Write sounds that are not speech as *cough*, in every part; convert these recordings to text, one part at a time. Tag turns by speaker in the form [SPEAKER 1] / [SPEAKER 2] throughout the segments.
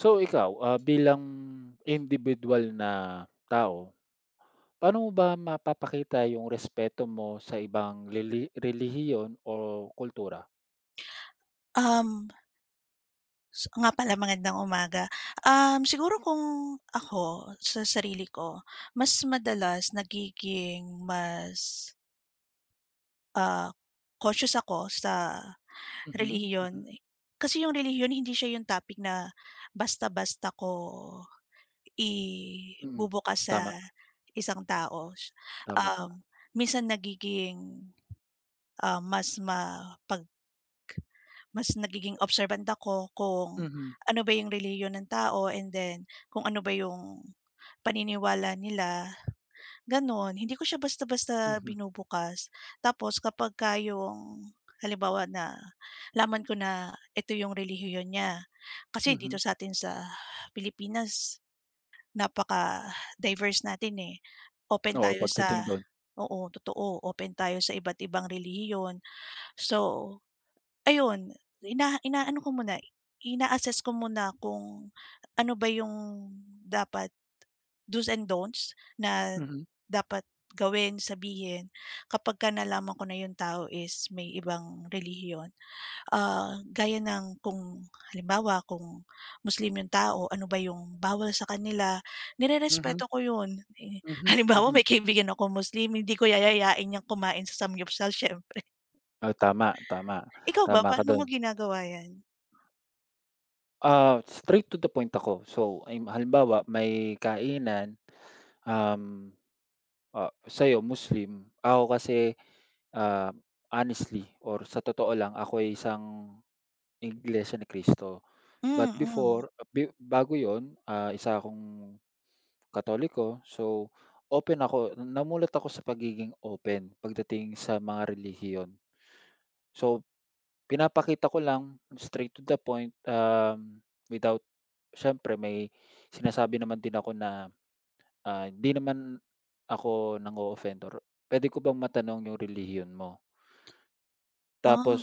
[SPEAKER 1] So ikaw, bilang individual na tao, paano mo ba mapapakita yung respeto mo sa ibang relihiyon o kultura?
[SPEAKER 2] Um, s Nga pala, magandang umaga. Siguro kung ako sa sarili ko, mas madalas nagiging mas, ah, cautious ako sa
[SPEAKER 1] Mhm,
[SPEAKER 2] relihiyon.
[SPEAKER 1] mhm,
[SPEAKER 2] Kasi yung relihiyon, hindi siya yung topic na basta-basta ko
[SPEAKER 1] mm.
[SPEAKER 2] ibubukas sa
[SPEAKER 1] Tama,
[SPEAKER 2] isang tao.
[SPEAKER 1] tama.
[SPEAKER 2] Um, Minsan nagiging, ah, mas mapag mas nagiging observant ako kung
[SPEAKER 1] Mhm,
[SPEAKER 2] ano ba yung relihiyon ng tao, and then kung ano ba yung paniniwala nila, gano'n. Hindi ko siya basta-basta
[SPEAKER 1] mhm,
[SPEAKER 2] binubukas. Tapos kapagka yung halimbawa na nalaman ko na ito yung relihiyon niya, kasi dito
[SPEAKER 1] mhm.
[SPEAKER 2] sa'tin sa Pilipinas, napaka-diverse natin, eh. Open
[SPEAKER 1] Oo,
[SPEAKER 2] tayo
[SPEAKER 1] pagdating
[SPEAKER 2] sa
[SPEAKER 1] dun.
[SPEAKER 2] Oo, totoo, open tayo sa iba't ibang relihiyon. So, ayun, ina inaano ko muna, ina-assess ko muna kung ano ba yung dapat do's and don'ts na
[SPEAKER 1] Mhm,
[SPEAKER 2] dapat gawin, sabihin kapagka nalaman ko na yung tao is may ibang relihiyon. Gaya ng kung halimbawa, kung Muslim yung tao, ano ba yung bawal sa kanila,
[SPEAKER 1] mhm,
[SPEAKER 2] nirerespeto ko yun. Eh, *laughs*
[SPEAKER 1] mhm,
[SPEAKER 2] halimbawa,
[SPEAKER 1] mhm.
[SPEAKER 2] may kaibigan akong Muslim, hindi ko yayayain niyang kumain sa samgyupsal siyempre.
[SPEAKER 1] Oh, tama, tama,
[SPEAKER 2] Ikaw ba,
[SPEAKER 1] tama ka
[SPEAKER 2] paano mo
[SPEAKER 1] dun.
[SPEAKER 2] ginagawa yan?
[SPEAKER 1] Straight to the point ako. So, halimbawa may kainan, um, sa'yo Muslim, ako kasi, ah, honestly or sa totoo lang ako'y isang Iglesia ni Cristo. But
[SPEAKER 2] Mm.
[SPEAKER 1] before be bago yun, isa akong Katoliko. So, open ako, namulat ako sa pagiging open pagdating sa mga relihiyon. So pinapakita ko lang, straight to the point, without siyempre may sinasabi naman din ako na, hindi naman ako nang-o-offend or puwede ko bang matanong yung relihiyon mo? Tapos,
[SPEAKER 2] ah,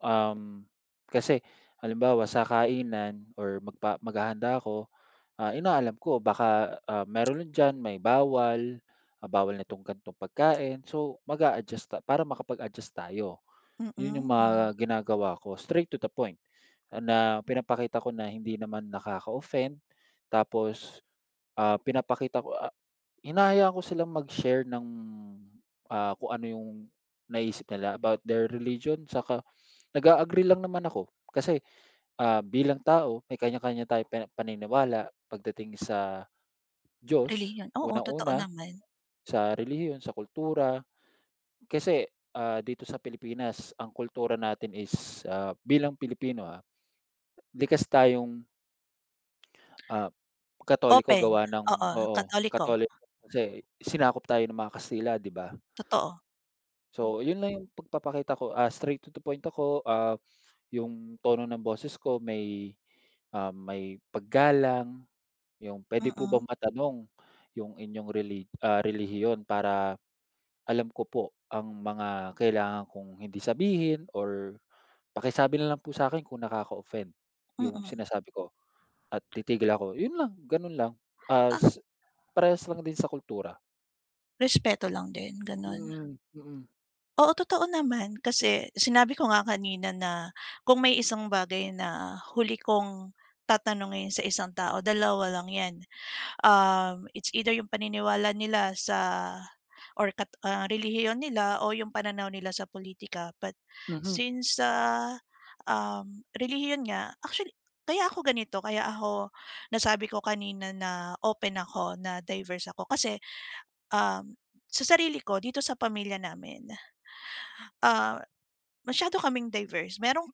[SPEAKER 1] um, kasi halimbawa sa kainan or maghahanda ako, inaalam ko baka, meron diyan may bawal, ah, bawal nitong ganitong pagkain, so mag-a-adjust para makapag-adjust tayo.
[SPEAKER 2] mm.
[SPEAKER 1] Yun yung
[SPEAKER 2] Hmm.
[SPEAKER 1] mga ginagawa ko, straight to the point. Na pinapakita ko na hindi naman nakaka-offend, tapos, pinapakita ko, hinahayaan ko silang mag-share ng, kung ano yung naisip nila about their religion saka nag agree lang naman ako. Kasi, bilang tao may kanya-kanya tayong paniniwala pagdating sa Diyos,
[SPEAKER 2] Relihiyon, oo, totoo
[SPEAKER 1] unang-una,
[SPEAKER 2] naman.
[SPEAKER 1] sa relihiyon, sa kultura. Kasi, dito sa Pilipinas ang kultura natin is, bilang Pilipino, likas tayong Ah, Katoliko
[SPEAKER 2] Open,
[SPEAKER 1] gawa ng,
[SPEAKER 2] oo,
[SPEAKER 1] oo,
[SPEAKER 2] Katoliko.
[SPEAKER 1] Katoliko kasi sinakop tayo ng mga Kastila, 'di ba?
[SPEAKER 2] Totoo. Hmm.
[SPEAKER 1] So, 'yun lang yung pagpapakita ko, straight to the point ako, yung tono ng boses ko may, may paggalang, yung, "Puwede po bang
[SPEAKER 2] Mm,
[SPEAKER 1] matanong yung inyong relihiyon para alam ko po ang mga kailangan kong hindi sabihin or pakisabi na lang po sa'kin kung nakaka-offend yung
[SPEAKER 2] mm.
[SPEAKER 1] sinasabi ko." At titigil ako, yun lang, ganun lang.
[SPEAKER 2] Ah,
[SPEAKER 1] As Parehas lang din sa kultura.
[SPEAKER 2] respeto lang din, gano'n.
[SPEAKER 1] Mm, mm.
[SPEAKER 2] Oo, totoo naman. Kasi sinabi ko nga kanina na kung may isang bagay na huli kong tatanungin sa isang tao, dalawa lang 'yan. It's either yung paniniwala nila sa, or relihiyon nila, o yung pananaw nila sa politika. But
[SPEAKER 1] Mhm,
[SPEAKER 2] since sa, relihiyon nga actually kaya ako ganito, kaya ako nasabi ko kanina na open ako, na diverse ako kasi, um, sa sarili ko dito sa pamilya namin, ah masyado kaming diverse.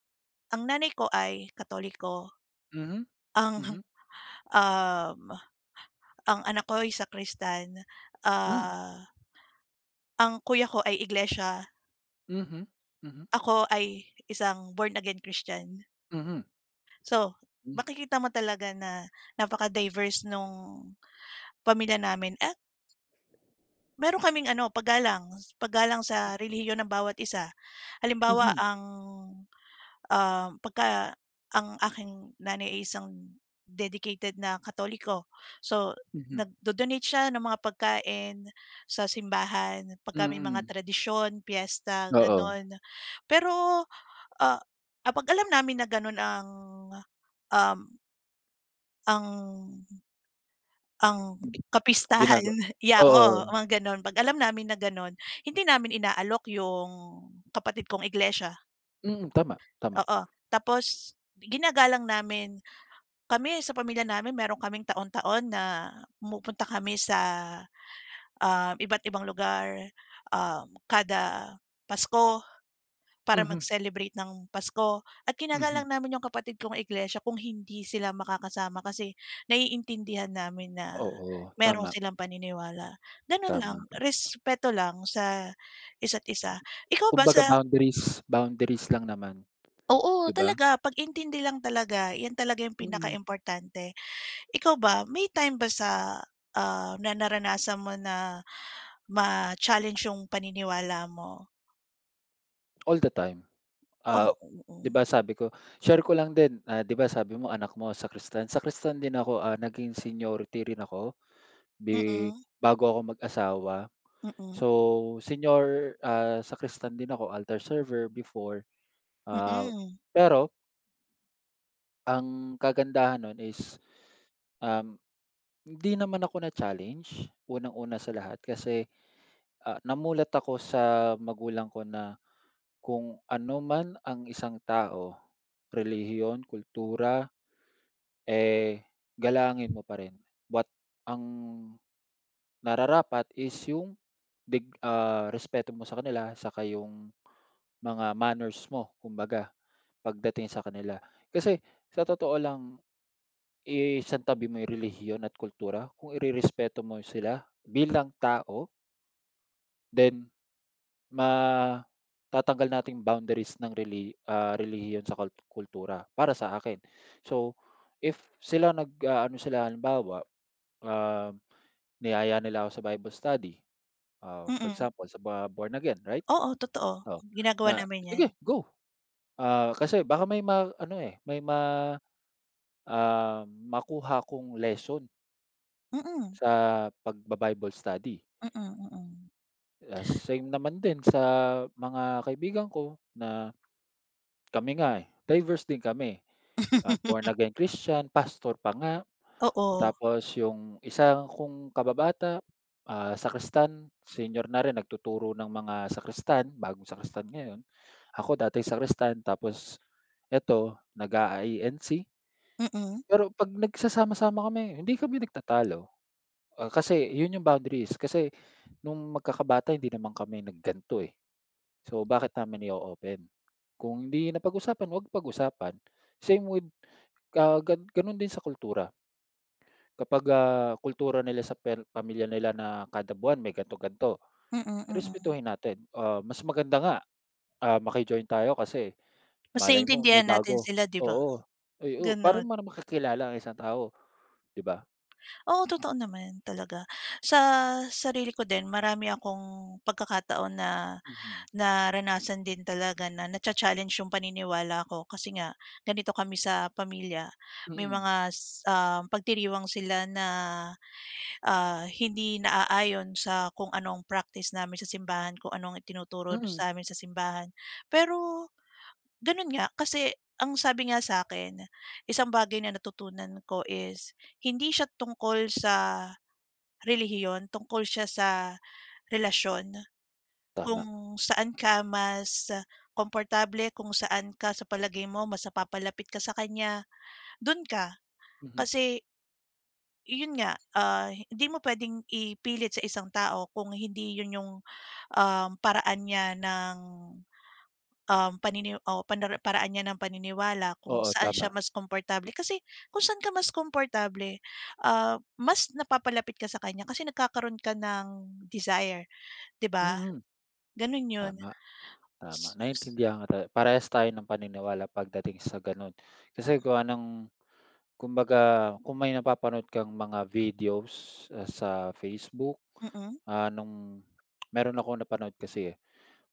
[SPEAKER 2] Ang nanay ko ay Katoliko,
[SPEAKER 1] mhm,
[SPEAKER 2] ang,
[SPEAKER 1] mhm,
[SPEAKER 2] um, ang anak ko ay sakristan,
[SPEAKER 1] hmm,
[SPEAKER 2] ah, ang kuya ko ay iglesia,
[SPEAKER 1] mhm, mhm,
[SPEAKER 2] ako ay isang born again Christian.
[SPEAKER 1] mhm,
[SPEAKER 2] So,
[SPEAKER 1] hmm,
[SPEAKER 2] makikita mo talaga na napaka-diverse nung pamilya namin, at meron kaming ano, paggalang sa relihiyon ng bawat isa. Halimbawa
[SPEAKER 1] mhm,
[SPEAKER 2] ang um, pagka ang aking nanay ay isang dedicated na Katoliko. So,
[SPEAKER 1] mhm,
[SPEAKER 2] nagdo-donate siya ng mga pagkain sa simbahan pagka may mga
[SPEAKER 1] mm.
[SPEAKER 2] tradisyon, piyesta,
[SPEAKER 1] Oo,
[SPEAKER 2] gano'n. Pero, ah, kapag alam namin na gano'n ang, um, ang ang
[SPEAKER 1] gi
[SPEAKER 2] kapistahan,
[SPEAKER 1] ginaga
[SPEAKER 2] *laughs* yeah,
[SPEAKER 1] oo,
[SPEAKER 2] oo, mga gano'n. 'Pag alam namin na gano'n, hindi namin inaalok yung kapatid kong iglesia,
[SPEAKER 1] mm, tama, tama.
[SPEAKER 2] oo. Tapos, ginagalang namin kami sa pamilya namin, meron kaming taon-taon na pumupunta kami sa, iba't ibang lugar, kada Pasko para
[SPEAKER 1] Mhm,
[SPEAKER 2] mag-celebrate ng Pasko, at kinagalang
[SPEAKER 1] mhm.
[SPEAKER 2] namin yung kapatid kong iglesia kung hindi sila makakasama kasi naiintindihan namin na
[SPEAKER 1] Oo,
[SPEAKER 2] meron
[SPEAKER 1] tama,
[SPEAKER 2] silang paniniwala. Gano'n lang,
[SPEAKER 1] tama.
[SPEAKER 2] respeto lang sa isa't isa. Ikaw ba
[SPEAKER 1] Kumbaga
[SPEAKER 2] sa
[SPEAKER 1] boundaries boundaries lang naman,
[SPEAKER 2] Oo,
[SPEAKER 1] 'di ba?
[SPEAKER 2] talaga pag-intindi lang talaga, 'yan talaga yung
[SPEAKER 1] Mm,
[SPEAKER 2] importante. Ikaw ba, may time ba sa, na naranasan mo na ma-challenge yung paniniwala mo?
[SPEAKER 1] all the time. Ah,
[SPEAKER 2] Oo, oo.
[SPEAKER 1] 'Di ba sabi ko, share ko lang din, 'di ba sabi mo anak mo sa Kristan. Sa sakristan din ako, naging seniority rin ako bi
[SPEAKER 2] Mm,
[SPEAKER 1] bago ako mag-asawa. So,
[SPEAKER 2] mm,
[SPEAKER 1] senior, sa sakristan din ako, altar server before, ah,
[SPEAKER 2] mm,
[SPEAKER 1] pero ang kagandahan nun is, um, hindi naman ako na-challenge, unang-una sa lahat kasi, namulat ako sa magulang ko na kung ano man ang isang tao, relihiyon, kultura. Eh, galangin mo pa rin, but ang nararapat is yung respeto mo sa kanila saka yung mga manners mo, kumbaga pagdating sa kanila. Kasi sa totoo lang, isantabi mo yung relihiyon at kultura, kung irerespeto mo sila bilang tao, then ma tatanggal natin boundaries ng relihiyon sa kultura para sa akin. So, if sila ano sila halimbawa, ah niyaya nila ako sa Bible study, for
[SPEAKER 2] mm.
[SPEAKER 1] example sa mga born again, right?
[SPEAKER 2] Oo, totoo.
[SPEAKER 1] Oh,
[SPEAKER 2] Ginagawa
[SPEAKER 1] na
[SPEAKER 2] namin 'yan.
[SPEAKER 1] sige go, kasi baka may ma-ano, eh, may makuha kong lesson
[SPEAKER 2] Mm,
[SPEAKER 1] sa pagba-Bible study.
[SPEAKER 2] mm, mm.
[SPEAKER 1] Same naman din sa mga kaibigan ko na kami nga, eh, diverse din kami, born
[SPEAKER 2] *laughs*
[SPEAKER 1] again Christian, pastor pa nga.
[SPEAKER 2] Oo,
[SPEAKER 1] Tapos yung isa kong kababata, sakristan, senior na rin nagtuturo ng mga sakristan, bagong sakristan ngayon. Ako dati sakristan, tapos eto nag-a-INC.
[SPEAKER 2] mm.
[SPEAKER 1] Pero 'pag nagsasama-sama kami, hindi kami nagtatalo,
[SPEAKER 2] O,
[SPEAKER 1] kasi yun yung boundaries kasi nung magkakabata hindi naman kami nagganto, eh. So, bakit namin i-o-open? Kung hindi napag-usapan, 'wag pag-usapan. Same with, gano'n din sa kultura. Kapag, kultura nila sa pamilya nila na kada buwan may ganito,
[SPEAKER 2] mm, mm.
[SPEAKER 1] respetuhin natin. Mas maganda nga, maki-join tayo kasi
[SPEAKER 2] Mas
[SPEAKER 1] malay mo may
[SPEAKER 2] naiintindihan natin
[SPEAKER 1] bago.
[SPEAKER 2] sila, 'di ba?
[SPEAKER 1] Oo, ay, oo, para
[SPEAKER 2] Gano'n.
[SPEAKER 1] mo makakilala ang isang tao, 'di ba?
[SPEAKER 2] Oo, totoo naman talaga. Sa sarili ko din, marami akong pagkakataon na
[SPEAKER 1] Mhm,
[SPEAKER 2] naranasan din talaga na nacha-challenge yung paniniwala ko, kasi nga ganito kami sa pamilya. May
[SPEAKER 1] mm,
[SPEAKER 2] mga pagdiriwang sila na, hindi naaayon sa kung anong practice namin sa simbahan, kung anong itinuturo
[SPEAKER 1] mm,
[SPEAKER 2] sa'min sa simbahan. Pero gano'n nga, kasi ang sabi nga sa'kin, isang bagay na natutunan ko is hindi siya tungkol sa relihiyon, tungkol siya sa relasyon.
[SPEAKER 1] tama,
[SPEAKER 2] Kung saan ka mas, komportable, kung saan ka sa palagay mo mas napapalapit ka sa kanya, dun ka.
[SPEAKER 1] mhm,
[SPEAKER 2] Kasi yun nga, hindi mo puwedeng ipilit sa isang tao kung hindi yun yung, paraan niya ng, um, panini o panara paraan niya ng paniniwala kung
[SPEAKER 1] oo,
[SPEAKER 2] saan siya
[SPEAKER 1] tama,
[SPEAKER 2] mas komportable. Kasi kung saan ka mas komportable, mas napapalapit ka sa kanya kasi nagkakaroon ka ng desire, 'di ba?
[SPEAKER 1] mm,
[SPEAKER 2] Ganun yun.
[SPEAKER 1] tama,
[SPEAKER 2] S
[SPEAKER 1] tama.
[SPEAKER 2] s
[SPEAKER 1] Naiintindihan kita, parehas tayo ng paniniwala pagdating sa gano'n. Kasi gawa ng, kumbaga, kung may napapanood kang mga videos, sa Facebook,
[SPEAKER 2] Mm.
[SPEAKER 1] nung meron akong napanood kasi, eh,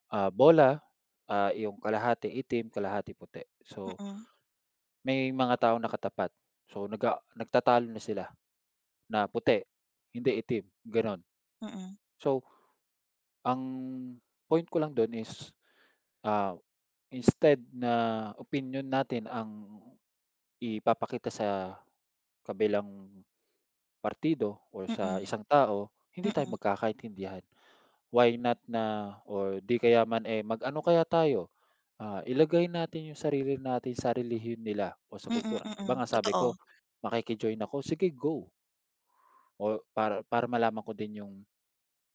[SPEAKER 1] bola, yung kalahati itim, kalahati puti. So,
[SPEAKER 2] Mm,
[SPEAKER 1] may mga taong nakatapat. So, nagtatalo na sila na puti, hindi itim, gano'n.
[SPEAKER 2] mm,
[SPEAKER 1] So, ang point ko lang do'n is, ah, instead na opinyon natin ang ipapakita sa kabilang partido or sa
[SPEAKER 2] mm,
[SPEAKER 1] isang tao, hindi tayo
[SPEAKER 2] mm,
[SPEAKER 1] magkakaintindihan. Why not na, or 'di kaya man, eh, mag-ano kaya tayo, ilagay natin yung sarili natin sa relihiyon nila o sa
[SPEAKER 2] mm, mm,
[SPEAKER 1] kultura. 'Di ba
[SPEAKER 2] mm.
[SPEAKER 1] nga sabi
[SPEAKER 2] Totoo.
[SPEAKER 1] ko, makiki-join ako, sige go o para para malaman ko din yung,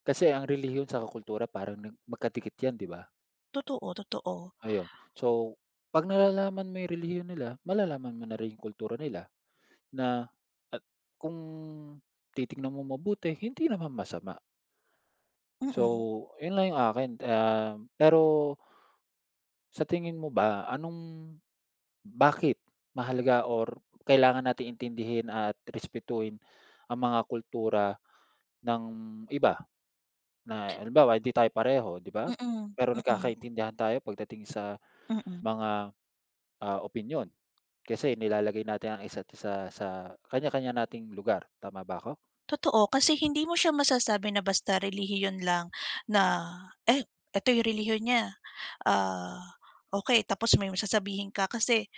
[SPEAKER 1] kasi ang relihiyon sa kultura parang magkadikit 'yan, 'di ba?
[SPEAKER 2] Totoo, totoo.
[SPEAKER 1] Ayun. So, 'pag nalalaman mo yung relihiyon nila, malalaman mo na rin yung kultura nila, na at kung titignan mo mabuti, hindi naman masama.
[SPEAKER 2] Mm,
[SPEAKER 1] So,
[SPEAKER 2] mm,
[SPEAKER 1] yun lang yung akin, pero sa tingin mo ba bakit mahalaga or kailangan nating intindihin at respetuhin ang mga kultura ng iba? Na halimbawa hindi tayo pareho, 'di ba?
[SPEAKER 2] mm, mm,
[SPEAKER 1] Pero
[SPEAKER 2] mm,
[SPEAKER 1] nagkakaintindihan tayo pagdating sa
[SPEAKER 2] mm, mm.
[SPEAKER 1] mga, opinyon, kasi nilalagay natin ang isa't isa sa kanya-kanya nating lugar, tama ba ako?
[SPEAKER 2] Totoo, kasi hindi mo siya masasabi na basta relihiyon lang na, "Eh, eto yung relihiyon niya, ah, okay." Tapos may sasabihin ka, kasi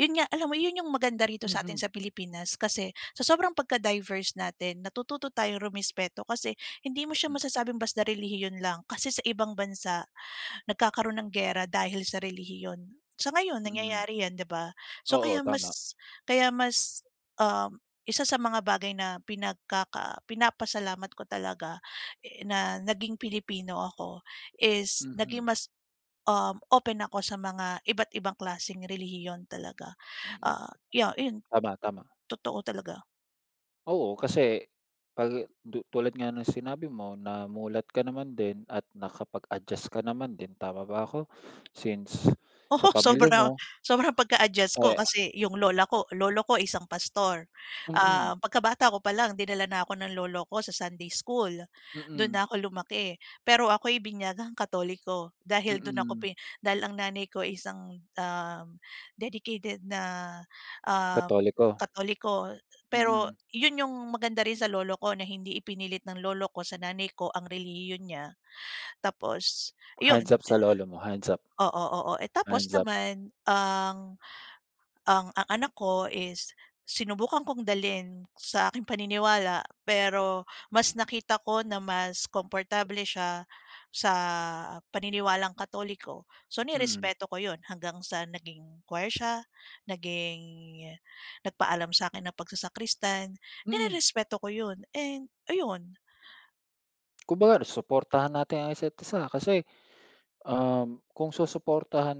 [SPEAKER 2] yun nga, alam mo, yun yung maganda rito sa atin
[SPEAKER 1] Mhm,
[SPEAKER 2] sa Pilipinas kasi sa sobrang pagka-diverse natin, natututo tayong rumespeto kasi hindi mo siya
[SPEAKER 1] mhm,
[SPEAKER 2] masasabing basta relihiyon lang kasi sa ibang bansa nagkakaroon ng giyera dahil sa relihiyon. Sa ngayon
[SPEAKER 1] mm.
[SPEAKER 2] nangyayari 'yan, 'di ba? So kaya
[SPEAKER 1] Oo, tama.
[SPEAKER 2] mas, kaya mas, um, isa sa mga bagay na pinapasalamat ko talaga, eh, na naging Pilipino ako is naging
[SPEAKER 1] Mhm,
[SPEAKER 2] mas, open ako sa mga iba't ibang klaseng relihiyon talaga.
[SPEAKER 1] mm.
[SPEAKER 2] Ah, yeah, 'yun
[SPEAKER 1] Tama, tama.
[SPEAKER 2] totoo talaga.
[SPEAKER 1] Oo, kasi 'pag tulad nga ng sinabi mo, namulat ka naman din at nakapag-adjust ka naman din, tama ba ako? Since
[SPEAKER 2] Oo,
[SPEAKER 1] sa
[SPEAKER 2] *laughs*
[SPEAKER 1] pamilya
[SPEAKER 2] sobra
[SPEAKER 1] niyo,
[SPEAKER 2] sobrang pagka-adjust ko
[SPEAKER 1] eh,
[SPEAKER 2] kasi yung lola ko lolo ko isang pastor.
[SPEAKER 1] mm,
[SPEAKER 2] Pagkabata ko pa lang, dinala na ako ng lolo ko sa Sunday school, dun
[SPEAKER 1] mm,
[SPEAKER 2] na ako lumaki. Pero ako'y binyagang Katoliko
[SPEAKER 1] mm,
[SPEAKER 2] dahil dun ako
[SPEAKER 1] mm,
[SPEAKER 2] pin dahil ang nanay ko ay isang, dedicated na, um,
[SPEAKER 1] Katoliko,
[SPEAKER 2] Katoliko.
[SPEAKER 1] mm.
[SPEAKER 2] Pero
[SPEAKER 1] Mm,
[SPEAKER 2] yun yung maganda rin sa lolo ko na hindi ipinilit ng lolo ko sa nanay ko ang relihiyon niya. Tapos, yun.
[SPEAKER 1] hands up sa lolo mo,
[SPEAKER 2] Oo, oo. Eh, tapos
[SPEAKER 1] hands up,
[SPEAKER 2] naman ang anak ko is sinubukan kong dalhin sa aking paniniwala, pero mas nakita ko na mas komportable siya sa paniniwalang Katoliko. So,
[SPEAKER 1] mm,
[SPEAKER 2] nirespeto ko 'yun hanggang sa naging choir siya, naging nagpaalam sa'kin ng pagsasakristan,
[SPEAKER 1] mm.
[SPEAKER 2] nirerespeto ko 'yun and ayun.
[SPEAKER 1] Kumbaga suportahan natin ang isa't isa kasi, kung susuportahan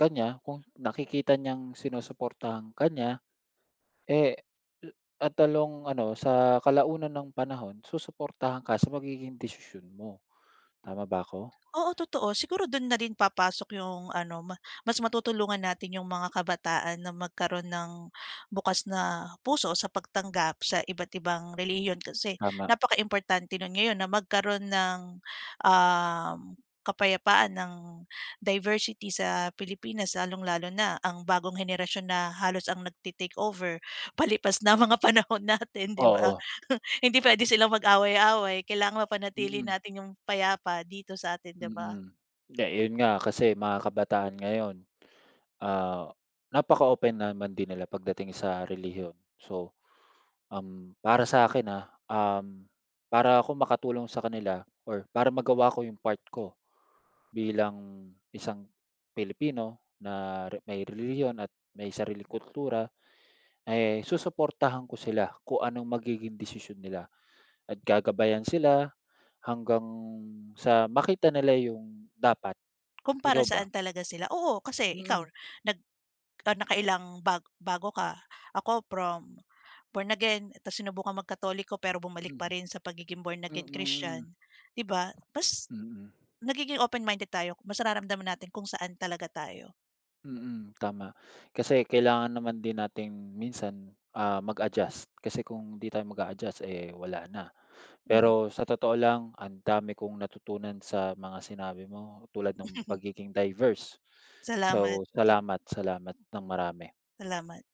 [SPEAKER 1] ka niya, kung nakikita niyang sinusuportahan ka niya. Eh, at talong ano, sa kalaunan ng panahon susuportahan ka sa magiging desisyon mo, tama ba ako?
[SPEAKER 2] Oo, totoo. Siguro dun na rin papasok yung ano, mas matutulungan natin yung mga kabataan na magkaroon ng bukas na puso sa pagtanggap sa iba't ibang relihiyon kasi
[SPEAKER 1] Tama,
[SPEAKER 2] importante nun ngayon na magkaroon ng, kapayapaan ng diversity sa Pilipinas, lalong-lalo na ang bagong henerasyon na halos ang nagte-take over *laughs* palipas na mga panahon natin, 'di ba?
[SPEAKER 1] oo,
[SPEAKER 2] Hindi puwede silang mag-away-away, kailangan mapanatili
[SPEAKER 1] mm,
[SPEAKER 2] natin yung payapa dito sa atin, 'di ba?
[SPEAKER 1] mm. Hindi, yun nga kasi mga kabataan ngayon, ah, napaka-open naman din nila pagdating sa relihiyon. So, para sa akin, para ako makatulong sa kanila or para magawa ko yung part ko bilang isang Pilipino na may relihiyon at may sariling kultura. Eh, susuportahan ko sila kung anong magiging desisyon nila at gagabayan sila hanggang sa makita nila yung dapat.
[SPEAKER 2] Para
[SPEAKER 1] Ikaw ba?
[SPEAKER 2] saan talaga sila, oo kasi ikaw
[SPEAKER 1] Mm,
[SPEAKER 2] nag nakailang bago ka, ako from born again tapos sinubukang magkatoliko pero bumalik pa
[SPEAKER 1] mm,
[SPEAKER 2] rin sa pagiging born again Christian,
[SPEAKER 1] mm,
[SPEAKER 2] 'di ba? Mas
[SPEAKER 1] mm,
[SPEAKER 2] nagiging open-minded tayo, mas nararamdaman natin kung saan talaga tayo.
[SPEAKER 1] mm, tama. Kasi kailangan naman din nating minsan, mag-adjust kasi kung hindi tayo mag-a-adjust, eh, wala na.
[SPEAKER 2] Mm.
[SPEAKER 1] Pero sa totoo lang, ang dami kong natutunan sa mga sinabi mo tulad ng
[SPEAKER 2] *laughs*
[SPEAKER 1] pagiging diverse.
[SPEAKER 2] Salamat,
[SPEAKER 1] So, salamat, salamat ng marami.
[SPEAKER 2] salamat.